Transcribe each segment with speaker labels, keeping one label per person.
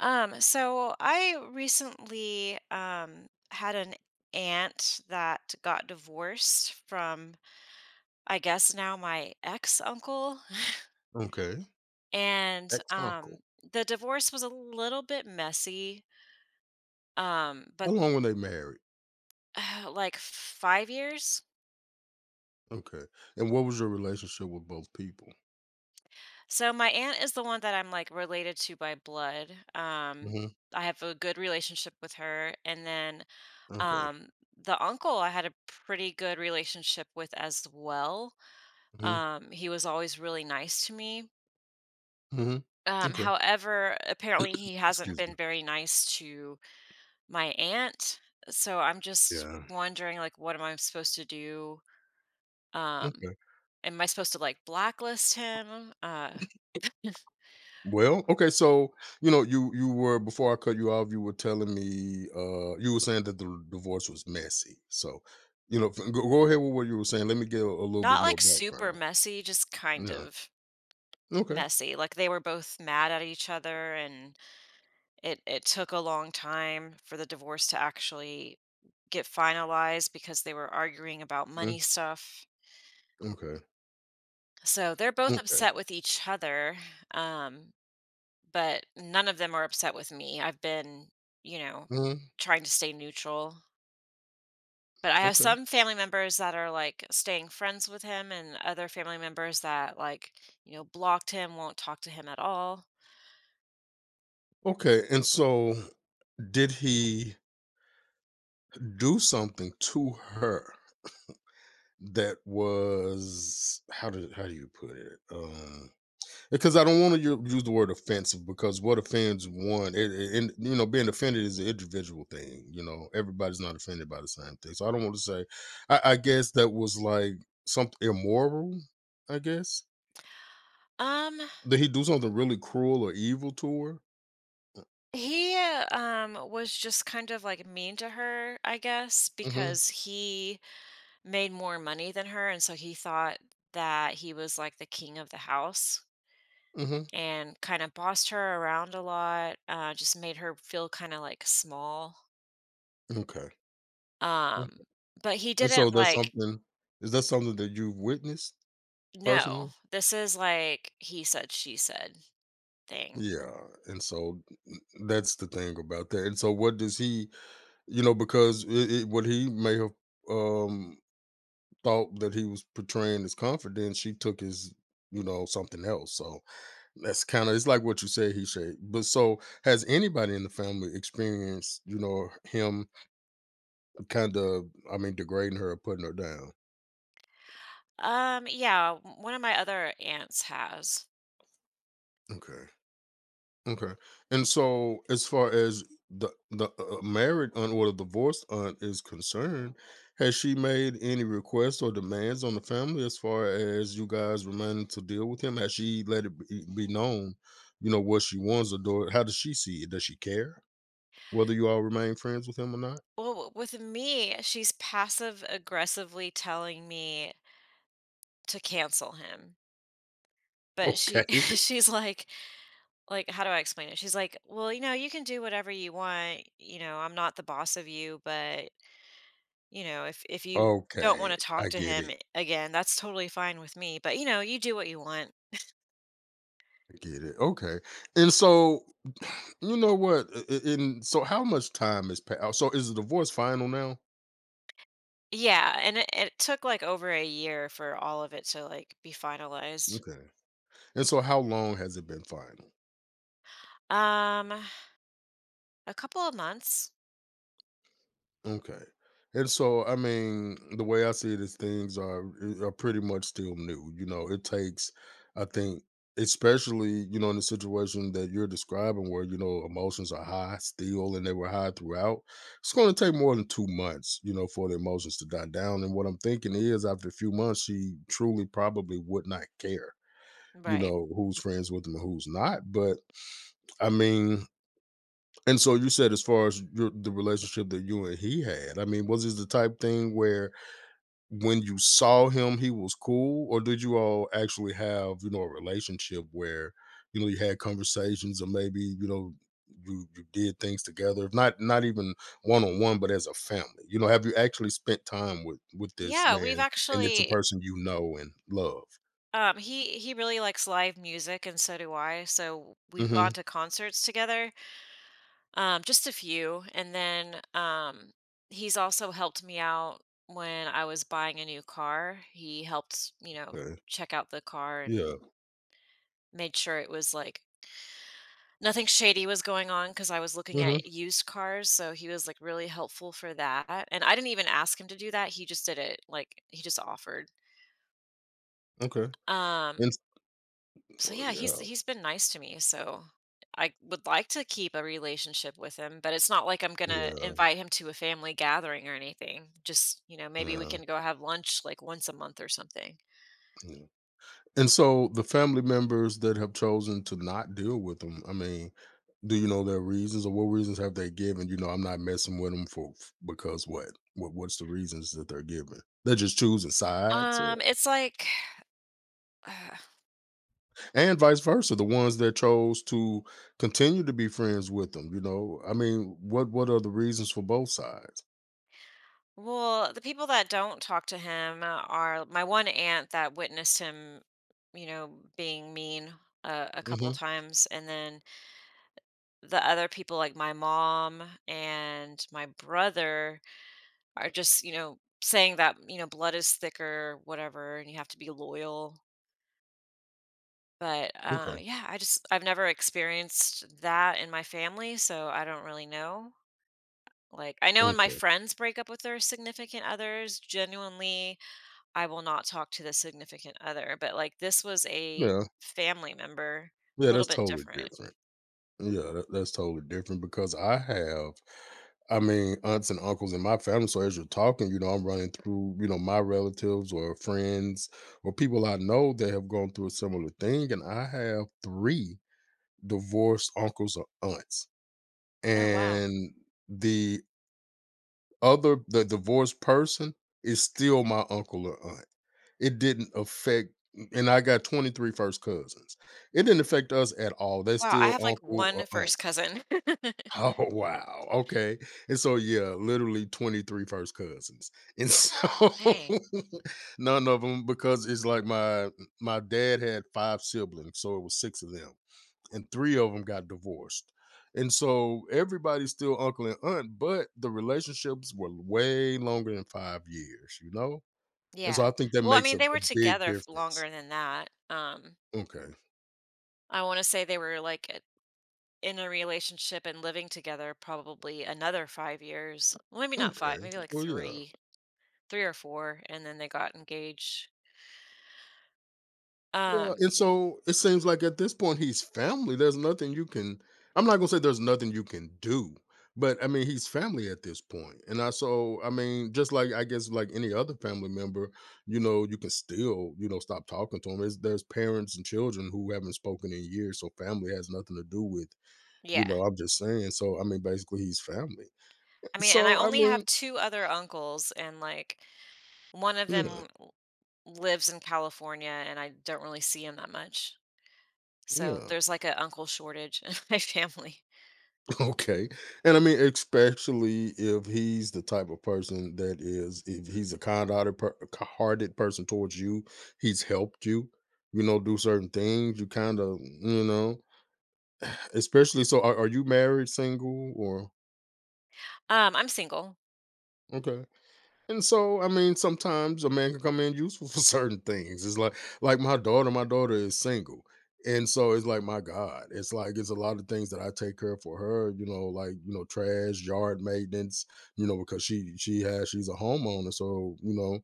Speaker 1: So I recently had an aunt that got divorced from, I guess now, my ex-uncle
Speaker 2: Okay.
Speaker 1: and
Speaker 2: Ex-uncle.
Speaker 1: the divorce was a little bit messy,
Speaker 2: How
Speaker 1: but,
Speaker 2: long were they married?
Speaker 1: like 5 years.
Speaker 2: Okay. And what was your relationship with both people?
Speaker 1: So my aunt is the one that I'm, like, related to by blood.
Speaker 2: Mhm.
Speaker 1: I have a good relationship with her, and then
Speaker 2: Okay.
Speaker 1: um the uncle I had a pretty good relationship with as well.
Speaker 2: Mhm.
Speaker 1: He was always really nice to me.
Speaker 2: Mhm. Okay.
Speaker 1: However, apparently he hasn't
Speaker 2: Excuse
Speaker 1: been
Speaker 2: me.
Speaker 1: very nice to my aunt. So I'm just
Speaker 2: Yeah.
Speaker 1: wondering, like, what am I supposed to do? Um,
Speaker 2: Okay.
Speaker 1: am I supposed to, like, blacklist him?
Speaker 2: Well, okay, so, you know, you were, before I cut you off, you were telling me, you were saying that the divorce was messy. So, you know, f go go ahead with what you were saying. Let me get a little bit
Speaker 1: Not
Speaker 2: more
Speaker 1: like super
Speaker 2: background.
Speaker 1: messy, just kind
Speaker 2: Yeah.
Speaker 1: of
Speaker 2: Okay.
Speaker 1: messy. Like, they were both mad at each other, and it took a long time for the divorce to actually get finalized because they were arguing about
Speaker 2: Mm,
Speaker 1: money stuff.
Speaker 2: okay.
Speaker 1: So they're both
Speaker 2: Okay.
Speaker 1: upset with each other, um, but none of them are upset with me. I've been, you know,
Speaker 2: Mhm.
Speaker 1: trying to stay neutral. But I have
Speaker 2: Okay.
Speaker 1: some family members that are, like, staying friends with him, and other family members that, like, blocked him, won't talk to him at all.
Speaker 2: Okay, and so did he do something to her that was, how did, how do you put it, because I don't want to use the word offensive, because what offends one, and, you know, being offended is an individual thing. You know, everybody's not offended by the same thing, so I don't want to say. I guess that was like something immoral, I guess.
Speaker 1: Um
Speaker 2: Did he do something really cruel or evil to her?
Speaker 1: he was just kind of like mean to her, I guess,
Speaker 2: Hmm.
Speaker 1: because he made more money than her, and so he thought that he was like the king of the house
Speaker 2: Hmm.
Speaker 1: and kind of bossed her around a lot, just made her feel kind of like small.
Speaker 2: Okay. Mm.
Speaker 1: Um, but he
Speaker 2: And so
Speaker 1: didn't
Speaker 2: that's
Speaker 1: like,
Speaker 2: something, is that something that you've witnessed
Speaker 1: no,
Speaker 2: personally?
Speaker 1: this is like he said, she said thing.
Speaker 2: Yeah, and so that's the thing about that. And so, what does he, you know, because it, what he may have um thought that he was portraying his confidence, she took his, you know, something else. So that's kind of, it's like, what you said, he said. But so, has anybody in the family experienced, you know, him kind of, I mean, degrading her or putting her down?
Speaker 1: Yeah, one of my other aunts has.
Speaker 2: Okay. Okay. And so, as far as the married aunt or the divorced aunt is concerned, has she made any requests or demands on the family as far as you guys remaining to deal with him? Has she let it be known, you know, what she wants? Or, do, how does she see it? Does she care whether you all remain friends with him or not?
Speaker 1: Well, with me, she's passive aggressively telling me to cancel him. But she
Speaker 2: Okay.
Speaker 1: she's like, how do I explain it? She's like, "Well, you know, you can do whatever you want. You know, I'm not the boss of you, but you know, if you don't wanna
Speaker 2: Okay.
Speaker 1: talk
Speaker 2: I
Speaker 1: to
Speaker 2: get
Speaker 1: him
Speaker 2: it.
Speaker 1: again, that's totally fine with me, but, you know, you do what you want."
Speaker 2: I get it. Okay. And so you know what? And so how much time has passed? So is the divorce final now?
Speaker 1: Yeah, and it took, like, over a year for all of it to, like, be finalized.
Speaker 2: Okay. And so how long has it been final?
Speaker 1: Um, a couple of months.
Speaker 2: Okay. And so, I mean, the way I see it is, things are pretty much still new. You know, it takes, I think, especially, you know, in the situation that you're describing, where, you know, emotions are high still and they were high throughout, it's going to take more than 2 months, you know, for the emotions to die down. And what I'm thinking is, after a few months, she truly probably would not care, you
Speaker 1: Right.
Speaker 2: know, who's friends with them and who's not. But I mean, and so you said, as far as your the relationship that you and he had, I mean, was this the type thing where when you saw him, he was cool? Or did you all actually have, you know, a relationship where, you know, you had conversations, or maybe, you know, you did things together, if not not even one on one, but as a family? You know, have you actually spent time with this
Speaker 1: Yeah, we've
Speaker 2: man, and it's a
Speaker 1: actually,
Speaker 2: person you know and love?
Speaker 1: he really likes live music, and so do I, so we've
Speaker 2: Mm-hmm.
Speaker 1: gone to concerts together. Just a few. And then he's also helped me out when I was buying a new car. He helped,
Speaker 2: Okay.
Speaker 1: check out the car
Speaker 2: Yeah.
Speaker 1: and made sure it was like nothing shady was going on because I was looking
Speaker 2: Mm-hmm.
Speaker 1: at used cars. So he was, like, really helpful for that. And I didn't even ask him to do that. He just did it. Like, he just offered.
Speaker 2: Okay.
Speaker 1: Um,
Speaker 2: And
Speaker 1: so
Speaker 2: Well,
Speaker 1: yeah,
Speaker 2: yeah,
Speaker 1: he's been nice to me, so I would like to keep a relationship with him, but it's not like I'm going to
Speaker 2: yeah,
Speaker 1: invite him to a family gathering or anything. Just, maybe we
Speaker 2: yeah,
Speaker 1: can go have lunch, like, once a month or something.
Speaker 2: yeah. And so, the family members that have chosen to not deal with them, I mean, do you know their reasons, or what reasons have they given? You know, I'm not messing with them for because what? What's the reasons that they're giving? They're just choosing sides, or
Speaker 1: It's like uh,
Speaker 2: and vice versa. The ones that chose to continue to be friends with them, you know, I mean, what are the reasons for both sides?
Speaker 1: well, the people that don't talk to him are my one aunt that witnessed him, being mean a couple
Speaker 2: Hmm.
Speaker 1: times, and then the other people, like my mom and my brother, are just, saying that, blood is thicker, whatever, and you have to be loyal. But
Speaker 2: Okay.
Speaker 1: yeah, I've never experienced that in my family, so I don't really know. Like, I know when my
Speaker 2: Okay.
Speaker 1: friends break up with their significant others, genuinely I will not talk to the significant other, but, like, this was a
Speaker 2: Yeah.
Speaker 1: family member, a
Speaker 2: Yeah,
Speaker 1: little
Speaker 2: that's
Speaker 1: bit
Speaker 2: totally
Speaker 1: different.
Speaker 2: different. Yeah, that's totally different because I have, I mean, aunts and uncles in my family. So as you're talking, you know, I'm running through, you know, my relatives or friends or people I know that have gone through a similar thing. And I have three divorced uncles or aunts.
Speaker 1: Oh, wow.
Speaker 2: And the other, the divorced person is still my uncle or aunt. It didn't affect, and I got 23 first cousins. It didn't affect us at all. They're
Speaker 1: Wow, I
Speaker 2: still
Speaker 1: have, like,
Speaker 2: uncle or
Speaker 1: one
Speaker 2: aunt.
Speaker 1: first cousin.
Speaker 2: Oh, wow. Okay. And so yeah, literally 23 first cousins. And so
Speaker 1: Dang.
Speaker 2: none of them, because it's like, my dad had five siblings, so it was six of them. And three of them got divorced. And so everybody's still uncle and aunt, but the relationships were way longer than 5 years, you know? And so
Speaker 1: Yeah.
Speaker 2: I think that
Speaker 1: Well, I
Speaker 2: makes
Speaker 1: mean,
Speaker 2: a,
Speaker 1: they
Speaker 2: a
Speaker 1: were
Speaker 2: big
Speaker 1: together f
Speaker 2: difference.
Speaker 1: longer than that.
Speaker 2: Okay.
Speaker 1: I wanna say they were, like, at in a relationship and living together probably another 5 years. Well, maybe not 5,
Speaker 2: Okay.
Speaker 1: maybe like
Speaker 2: Well, yeah.
Speaker 1: 3, 3 or 4, and then they got engaged.
Speaker 2: Yeah,
Speaker 1: Um,
Speaker 2: and so it seems like at this point he's family. There's nothing you can. I'm not gonna say there's nothing you can do, but I mean, he's family at this point. And I so I mean, just like, I guess, like any other family member, you know, you can still, stop talking to him. There's parents and children who haven't spoken in years, so family has nothing to do with, you
Speaker 1: yeah.
Speaker 2: know. I'm just saying. So I mean, basically, he's family.
Speaker 1: I mean, and I
Speaker 2: So I
Speaker 1: only have
Speaker 2: mean,
Speaker 1: 2 other uncles, and, like, one of
Speaker 2: yeah,
Speaker 1: them l lives in California, and I don't really see him that much. So
Speaker 2: yeah.
Speaker 1: there's, like, a uncle shortage in my family.
Speaker 2: Okay. And I mean, especially if he's the type of person that is, if he's a kind-hearted, hearted person towards you, he's helped you, you know, do certain things. You kind of, you know, especially. So, are you married, single, or
Speaker 1: I'm single.
Speaker 2: okay? And so, I mean, sometimes a man can come in useful for certain things. It's like, my daughter is single. And so it's like, my God, it's like, it's a lot of things that I take care of for her, you know, like, you know, trash, yard maintenance, you know, because she's a homeowner. So, you know,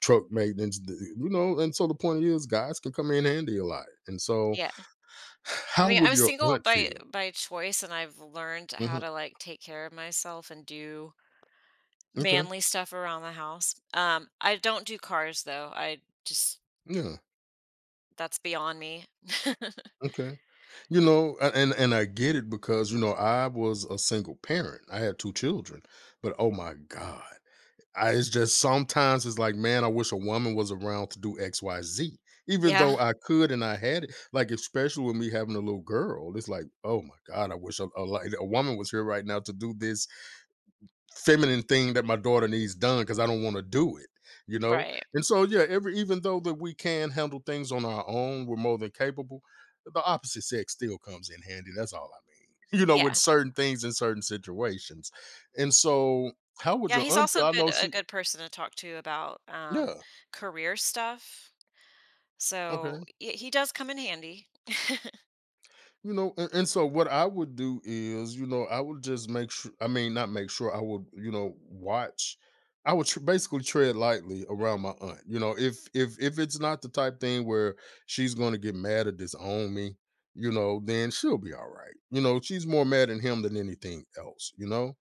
Speaker 2: truck maintenance, you know, and so the point is, guys can come in handy a lot. And so,
Speaker 1: Yeah. I
Speaker 2: how
Speaker 1: mean, I
Speaker 2: would
Speaker 1: was
Speaker 2: your
Speaker 1: single
Speaker 2: aunt
Speaker 1: by
Speaker 2: feel?
Speaker 1: by choice, and I've learned how
Speaker 2: Hmm.
Speaker 1: to, like, take care of myself and do
Speaker 2: Okay.
Speaker 1: manly stuff around the house. I don't do cars though. I just
Speaker 2: Yeah.
Speaker 1: That's beyond me.
Speaker 2: Okay. You know, and I get it, because you know, I was a single parent. I had two children, but, oh my god, it's just sometimes it's like, man, I wish a woman was around to do X, Y, Z. Even
Speaker 1: Yeah,
Speaker 2: though I could and I had it, like, especially with me having a little girl, it's like, oh my god, I wish a woman was here right now to do this feminine thing that my daughter needs done, because I don't want to do it, you know?
Speaker 1: right.
Speaker 2: And so yeah, every even though that we can handle things on our own, we're more than capable, the opposite sex still comes in handy. That's all I mean. You know, with
Speaker 1: Yeah.
Speaker 2: certain things in certain situations. And so, how would
Speaker 1: Yeah,
Speaker 2: your
Speaker 1: he's
Speaker 2: auntie?
Speaker 1: also
Speaker 2: I
Speaker 1: good
Speaker 2: know
Speaker 1: a
Speaker 2: she
Speaker 1: good person to talk to about,
Speaker 2: Yeah,
Speaker 1: career stuff. So,
Speaker 2: okay.
Speaker 1: y he does come in handy.
Speaker 2: You know, and so, what I would do is, you know, I would just make sure, I mean, not make sure, I would, you know, watch. I would basically tread lightly around my aunt. You know, if it's not the type thing where she's going to get mad or disown me, you know, then she'll be all right. You know, she's more mad at him than anything else. You know,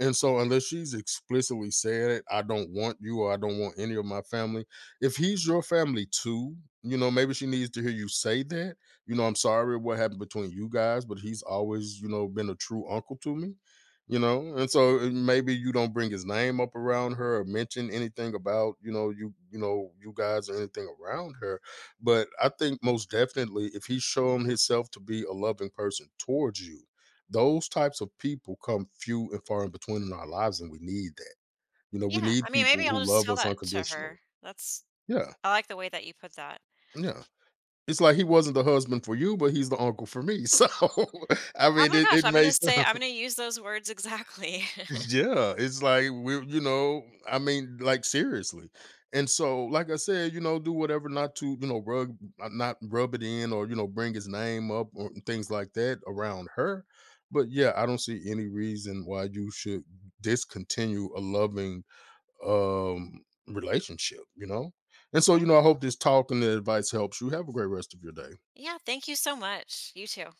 Speaker 2: and so unless she's explicitly said it, I don't want you, or I don't want any of my family. If he's your family too, you know, maybe she needs to hear you say that, you know, I'm sorry what happened between you guys, but he's always, you know, been a true uncle to me, you know? And so maybe you don't bring his name up around her or mention anything about, you know, you guys, or anything around her. But I think most definitely, if he's shown himself to be a loving person towards you, those types of people come few and far in between in our lives, and we need that. You know, we
Speaker 1: Yeah, I
Speaker 2: need
Speaker 1: mean, maybe
Speaker 2: people
Speaker 1: I'll
Speaker 2: who
Speaker 1: just
Speaker 2: love
Speaker 1: tell
Speaker 2: us
Speaker 1: that to
Speaker 2: unconditionally.
Speaker 1: her. That's
Speaker 2: Yeah.
Speaker 1: I like the way that you put that.
Speaker 2: Yeah. It's like, he wasn't the husband for you, but he's the uncle for me. So, I
Speaker 1: Oh
Speaker 2: mean,
Speaker 1: my
Speaker 2: it,
Speaker 1: gosh,
Speaker 2: it may sound,
Speaker 1: I'm gonna use those words exactly.
Speaker 2: yeah, it's like you know, I mean, like, seriously. And so, like I said, you know, do whatever not to, you know, not rub it in, or, you know, bring his name up or things like that around her. But yeah, I don't see any reason why you should discontinue a loving um relationship, you know? And so,
Speaker 1: Yeah.
Speaker 2: you know, I hope this talk and the advice helps you. Have a great rest of your day.
Speaker 1: Yeah, thank you so much. You too.